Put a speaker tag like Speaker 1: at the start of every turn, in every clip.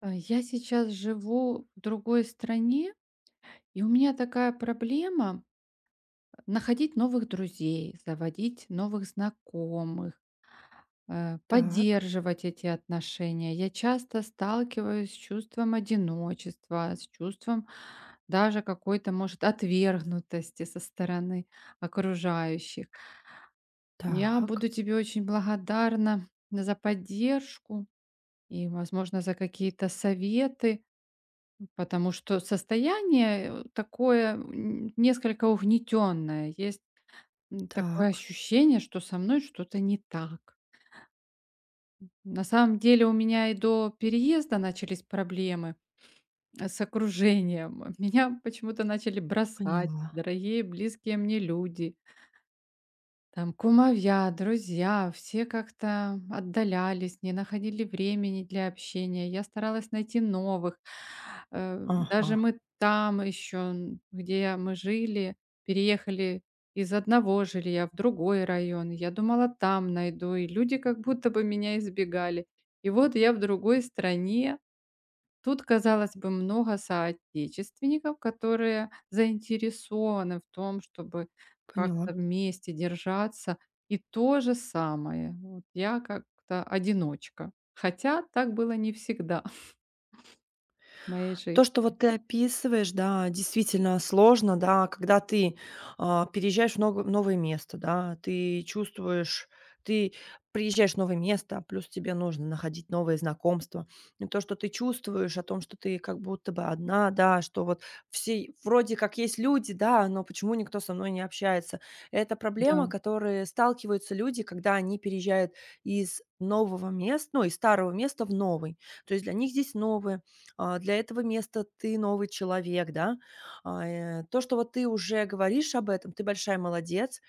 Speaker 1: Я сейчас живу в другой стране, и у меня такая проблема находить новых друзей, заводить новых знакомых,
Speaker 2: Так,
Speaker 1: поддерживать эти отношения. Я часто сталкиваюсь с чувством одиночества, с чувством даже какой-то, может, отвергнутости со стороны окружающих. Я
Speaker 2: так,
Speaker 1: буду тебе очень благодарна за поддержку и, возможно, за какие-то советы. Потому что состояние, такое, несколько угнетенное. Есть, такое
Speaker 2: так,
Speaker 1: ощущение, что со мной что-то не так. На самом деле у меня и до переезда начались проблемы, с окружением. Меня почему-то начали бросать
Speaker 2: поняла.
Speaker 1: дорогие, близкие мне люди. Там кумовья, друзья, все как-то отдалялись, не находили времени для общения. Я старалась найти новых.
Speaker 2: Ага,
Speaker 1: Даже мы там еще, где мы жили, переехали из одного жилья в другой район. Я думала, там найду. И люди как будто бы меня избегали. И вот я в другой стране. Тут, казалось бы, много соотечественников, которые заинтересованы в том, чтобы
Speaker 2: поняла.
Speaker 1: как-то вместе держаться. И то же самое. Вот я как-то одиночка. Хотя так было не всегда в моей
Speaker 2: То,
Speaker 1: жизни.
Speaker 2: что вот ты описываешь, да, действительно сложно, да, когда ты, переезжаешь в новое место, да, ты чувствуешь, ты приезжаешь в новое место, а плюс тебе нужно находить новые знакомства. И то, что ты чувствуешь о том, что ты как будто бы одна, да, что вот все вроде как есть люди, да, но почему никто со мной не общается? Это
Speaker 1: Да.
Speaker 2: проблема, которой сталкиваются люди, когда они переезжают из нового места, ну, из старого места в новый. То есть для них здесь новое. Для этого места ты новый человек, да. То, что вот ты уже говоришь об этом, ты большая молодец.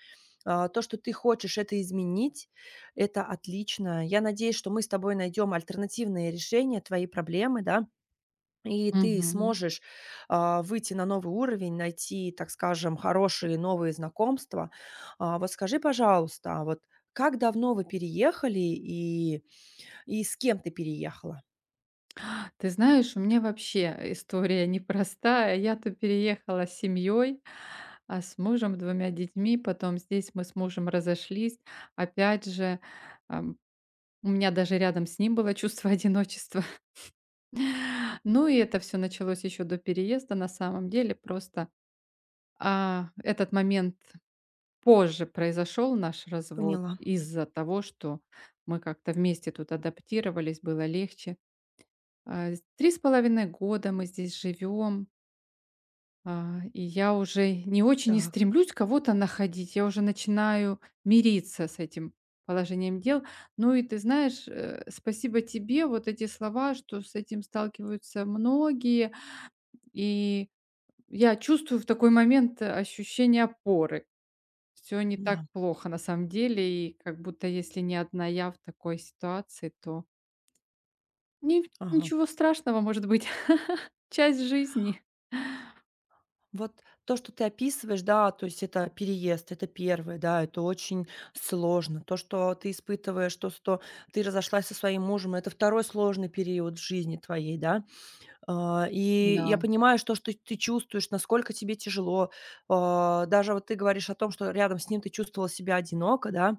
Speaker 2: То, что ты хочешь это изменить, это отлично. Я надеюсь, что мы с тобой найдем альтернативные решения твоей проблемы, да, и ты
Speaker 1: Мгм.
Speaker 2: сможешь выйти на новый уровень, найти, так скажем, хорошие новые знакомства. Вот скажи, пожалуйста, а вот как давно вы переехали и с кем ты переехала?
Speaker 1: Ты знаешь, у меня вообще история непростая. Я тут переехала с семьей, с мужем, двумя детьми. Потом здесь мы с мужем разошлись. Опять же, у меня даже рядом с ним было чувство одиночества. Ну и это все началось еще до переезда, на самом деле. Просто, этот момент позже произошел, наш развод,
Speaker 2: Поняла.
Speaker 1: из-за того, что мы как-то вместе тут адаптировались, было легче. А, с 3,5 года мы здесь живем. И я уже не очень и
Speaker 2: Так.
Speaker 1: стремлюсь кого-то находить. Я уже начинаю мириться с этим положением дел. Ну и ты знаешь, спасибо тебе, вот эти слова, что с этим сталкиваются многие. И я чувствую в такой момент ощущение опоры. Все не так
Speaker 2: Да.
Speaker 1: плохо на самом деле, и как будто если не одна я в такой ситуации, то
Speaker 2: Ага.
Speaker 1: ничего страшного, может быть, часть жизни.
Speaker 2: Вот то, что ты описываешь, да, то есть это переезд, это первое, да, это очень сложно. То, что ты испытываешь, то, что ты разошлась со своим мужем, это второй сложный период в жизни твоей, да. И я
Speaker 1: Да,
Speaker 2: понимаю, что ты чувствуешь, насколько тебе тяжело. Даже вот ты говоришь о том, что рядом с ним ты чувствовала себя одиноко, да.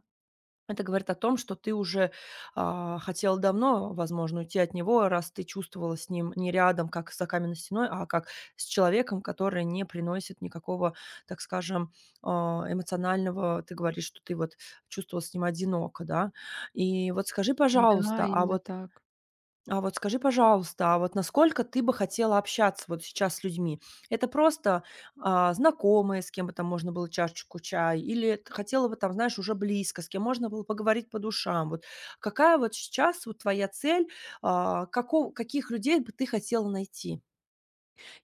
Speaker 2: Это говорит о том, что ты уже, хотела давно, возможно, уйти от него, раз ты чувствовала с ним не рядом, как за каменной стеной, а как с человеком, который не приносит никакого, так скажем, эмоционального. Ты говоришь, что ты вот чувствовала с ним одиноко, да. И вот скажи, пожалуйста,
Speaker 1: да, именно так.
Speaker 2: а вот скажи, пожалуйста, а вот насколько ты бы хотела общаться вот сейчас с людьми? Это просто, знакомые, с кем бы там можно было чашечку чая, или ты хотела бы там, знаешь, уже близко, с кем можно было поговорить по душам? Вот какая вот сейчас вот твоя цель? А, каков каких людей бы ты хотела найти?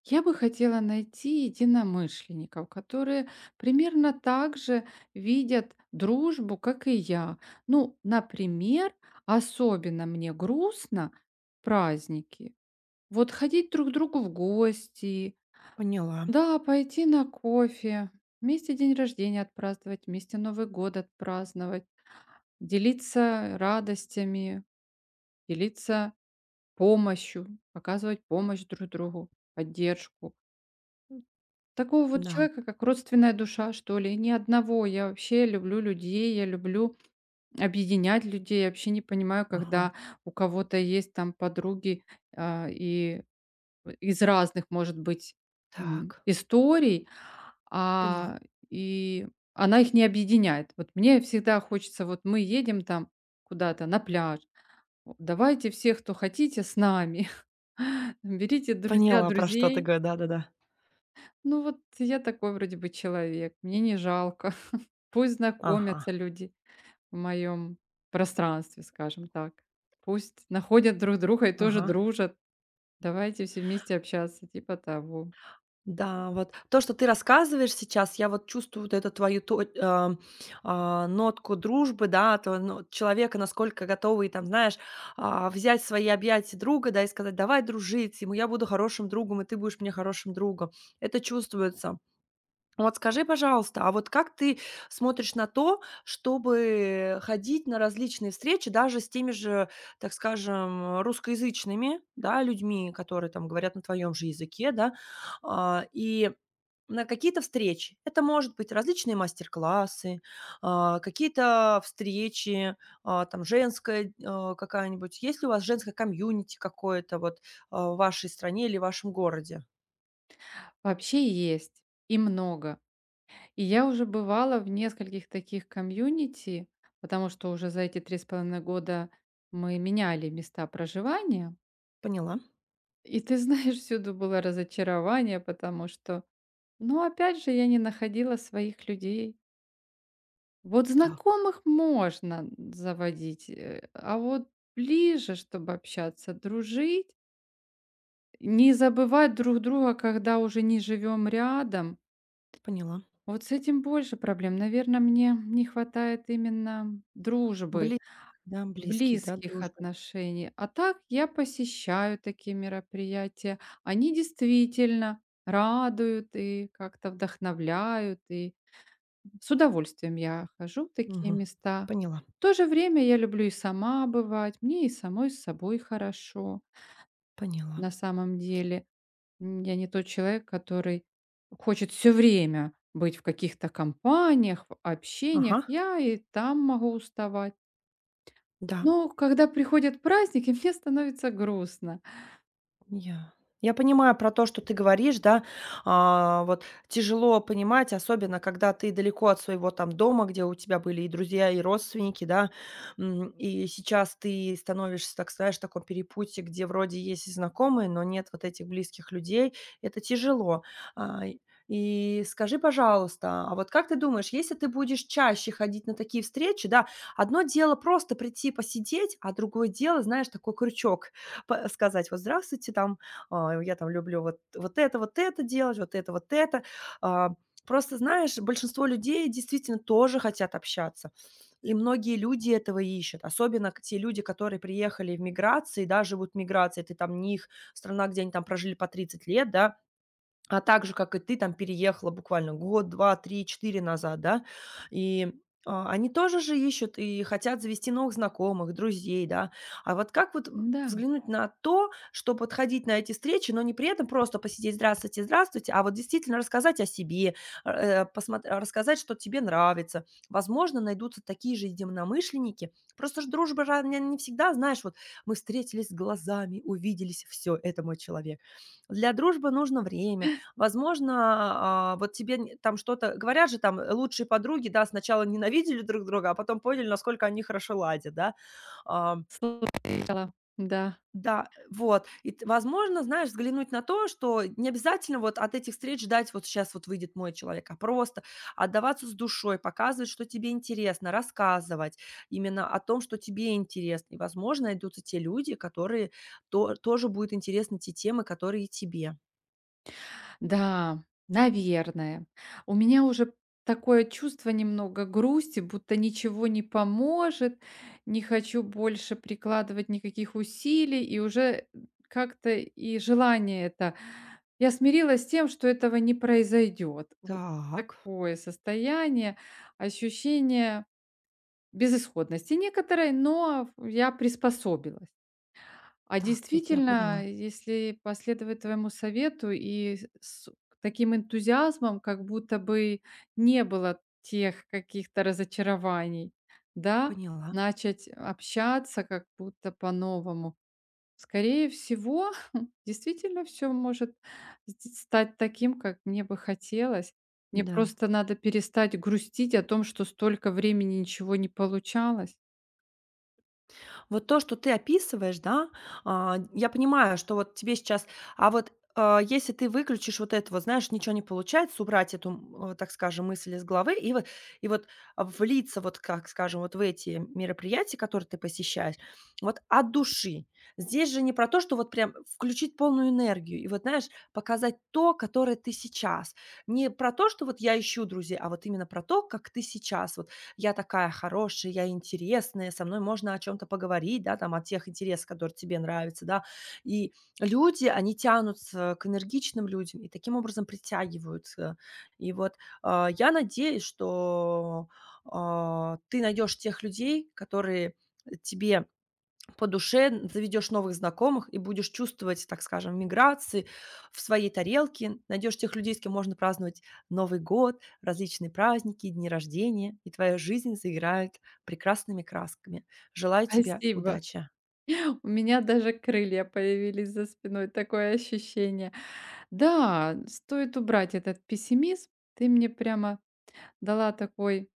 Speaker 1: Я бы хотела найти единомышленников, которые примерно так же видят дружбу, как и я. Ну, например, особенно мне грустно в праздники. Вот ходить друг к другу в гости,
Speaker 2: Поняла.
Speaker 1: да, пойти на кофе, вместе день рождения отпраздновать, вместе Новый год отпраздновать, делиться радостями, делиться помощью, оказывать помощь друг другу, поддержку. Такого вот
Speaker 2: Да.
Speaker 1: человека, как родственная душа, что ли, ни одного. Я вообще люблю людей, я люблю объединять людей. Я вообще не понимаю,
Speaker 2: Ага.
Speaker 1: когда у кого-то есть там подруги, и из разных, может быть,
Speaker 2: Так.
Speaker 1: историй,
Speaker 2: Поняла.
Speaker 1: а, и она их не объединяет. Вот мне всегда хочется, вот мы едем там куда-то на пляж, о, давайте всех, кто хотите, с нами, берите друзья
Speaker 2: Поняла, про что ты
Speaker 1: друзей.
Speaker 2: говоришь? Да-да-да.
Speaker 1: Ну вот я такой вроде бы человек, мне не жалко. Пусть
Speaker 2: Ага.
Speaker 1: знакомятся люди в моем пространстве, скажем так. Пусть находят друг друга и тоже
Speaker 2: Ага.
Speaker 1: дружат. Давайте все вместе общаться, типа того.
Speaker 2: Да, вот то, что ты рассказываешь сейчас, я вот чувствую вот эту твою нотку дружбы, да, то ну, вот человека, насколько готовый, там, знаешь, взять в свои объятия друга, да, и сказать, давай дружить, ему я буду хорошим другом, и ты будешь мне хорошим другом. Это чувствуется. Вот скажи, пожалуйста, а вот как ты смотришь на то, чтобы ходить на различные встречи даже с теми же, так скажем, русскоязычными, да, людьми, которые там говорят на твоем же языке, да, и на какие-то встречи. Это может быть различные мастер-классы, какие-то встречи, там женская какая-нибудь. Есть ли у вас женское комьюнити какое-то вот в вашей стране или в вашем городе?
Speaker 1: Вообще есть и много. И я уже бывала в нескольких таких комьюнити, потому что уже за эти 3,5 года мы меняли места проживания.
Speaker 2: Поняла.
Speaker 1: И ты знаешь, всюду было разочарование, потому что, ну, опять же, я не находила своих людей. Вот
Speaker 2: Так,
Speaker 1: знакомых можно заводить, а вот ближе, чтобы общаться, дружить, не забывать друг друга, когда уже не живем рядом.
Speaker 2: поняла.
Speaker 1: Вот с этим больше проблем. Наверное, мне не хватает именно дружбы,
Speaker 2: Бли Да, близких, да,
Speaker 1: близких
Speaker 2: дружбы.
Speaker 1: отношений. А так я посещаю такие мероприятия. Они действительно радуют и как-то вдохновляют, и с удовольствием я хожу в такие
Speaker 2: Мгм.
Speaker 1: места.
Speaker 2: Поняла,
Speaker 1: В то же время я люблю и сама бывать, мне и самой с собой хорошо.
Speaker 2: поняла.
Speaker 1: На самом деле, я не тот человек, который хочет все время быть в каких-то компаниях, в общениях.
Speaker 2: Ага,
Speaker 1: Я и там могу уставать.
Speaker 2: да.
Speaker 1: Но когда приходят праздники, мне становится грустно.
Speaker 2: Я я понимаю про то, что ты говоришь, да. Вот тяжело понимать, особенно когда ты далеко от своего там дома, где у тебя были и друзья, и родственники, да. И сейчас ты становишься, так сказать, в таком перепутье, где вроде есть и знакомые, но нет вот этих близких людей. Это тяжело. А, и и скажи, пожалуйста, а вот как ты думаешь, если ты будешь чаще ходить на такие встречи, да, одно дело просто прийти посидеть, а другое дело, знаешь, такой крючок. Па сказать: "Вот здравствуйте, там, я там люблю вот вот это делать, вот это, вот это". А, просто, знаешь, большинство людей действительно тоже хотят общаться, и многие люди этого ищут. Особенно к те люди, которые приехали в миграции, да, живут в миграции. Ты там не их страна, где они там прожили по 30 лет, да, а так же, как и ты, там переехала буквально 1, 2, 3, 4 назад, да. И, они тоже же ищут и хотят завести новых знакомых, друзей, да. А вот как вот
Speaker 1: Да,
Speaker 2: взглянуть на то, что подходить на эти встречи, но не при этом просто посидеть: "Здравствуйте, здравствуйте", а вот действительно рассказать о себе, э, посмотр рассказать, что тебе нравится. Возможно, найдутся такие же единомышленники. Просто ж дружба же, она не всегда, знаешь, вот мы встретились глазами, увиделись, все, это мой человек. Для дружбы нужно время. Возможно, вот тебе н там что-то говорят же там, лучшие подруги, да, сначала ненавидели друг друга, а потом поняли, насколько они хорошо ладят, да. Ам,
Speaker 1: сложно, да.
Speaker 2: да, вот. И т возможно, знаешь, взглянуть на то, что не обязательно вот от этих встреч ждать: "Вот сейчас вот выйдет мой человек", а просто отдаваться с душой, показывать, что тебе интересно, рассказывать именно о том, что тебе интересно. И, возможно, найдутся те люди, которые то тоже будут интересны те темы, которые и тебе.
Speaker 1: Да, наверное. У меня уже такое чувство немного грусти, будто ничего не поможет, не хочу больше прикладывать никаких усилий, и уже как-то и желание это. Я смирилась с тем, что этого не произойдет. Вот
Speaker 2: Так,
Speaker 1: такое состояние, ощущение безысходности некоторой, но я приспособилась. А
Speaker 2: так, я тебя поняла.
Speaker 1: действительно, если последовать твоему совету и с таким энтузиазмом, как будто бы не было тех каких-то разочарований, да,
Speaker 2: Поняла,
Speaker 1: начать общаться как будто по-новому. Скорее всего, действительно все может сд стать таким, как мне бы хотелось. Мне
Speaker 2: да.
Speaker 1: просто надо перестать грустить о том, что столько времени ничего не получалось.
Speaker 2: Вот то, что ты описываешь, да, я понимаю, что вот тебе сейчас если ты выключишь вот это вот, знаешь, ничего не получается, убрать эту, так скажем, мысль из головы и вот и вот, влиться, вот как, скажем, вот в эти мероприятия, которые ты посещаешь, вот от души. Здесь же не про то, что вот прям включить полную энергию и вот, знаешь, показать то, которое ты сейчас. Не про то, что вот я ищу друзей, а вот именно про то, как ты сейчас. Вот я такая хорошая, я интересная, со мной можно о чем-то поговорить, да, там, о тех интересах, которые тебе нравятся, да. И люди, они тянутся к энергичным людям и таким образом притягиваются. И вот я надеюсь, что ты найдешь тех людей, которые тебе по душе, заведешь новых знакомых и будешь чувствовать, так скажем, миграции в своей тарелке, найдешь тех людей, с кем можно праздновать Новый год, различные праздники, дни рождения, и твоя жизнь заиграет прекрасными красками. Желаю тебе
Speaker 1: Спасибо.
Speaker 2: удачи.
Speaker 1: У меня даже крылья появились за спиной, такое ощущение. Да, стоит убрать этот пессимизм. Ты мне прямо дала такой,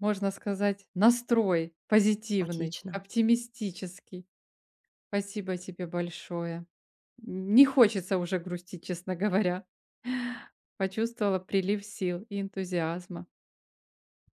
Speaker 1: можно сказать, настрой позитивный,
Speaker 2: Отлично.
Speaker 1: оптимистический. Спасибо тебе большое. Не хочется уже грустить, честно говоря. Почувствовала прилив сил и энтузиазма.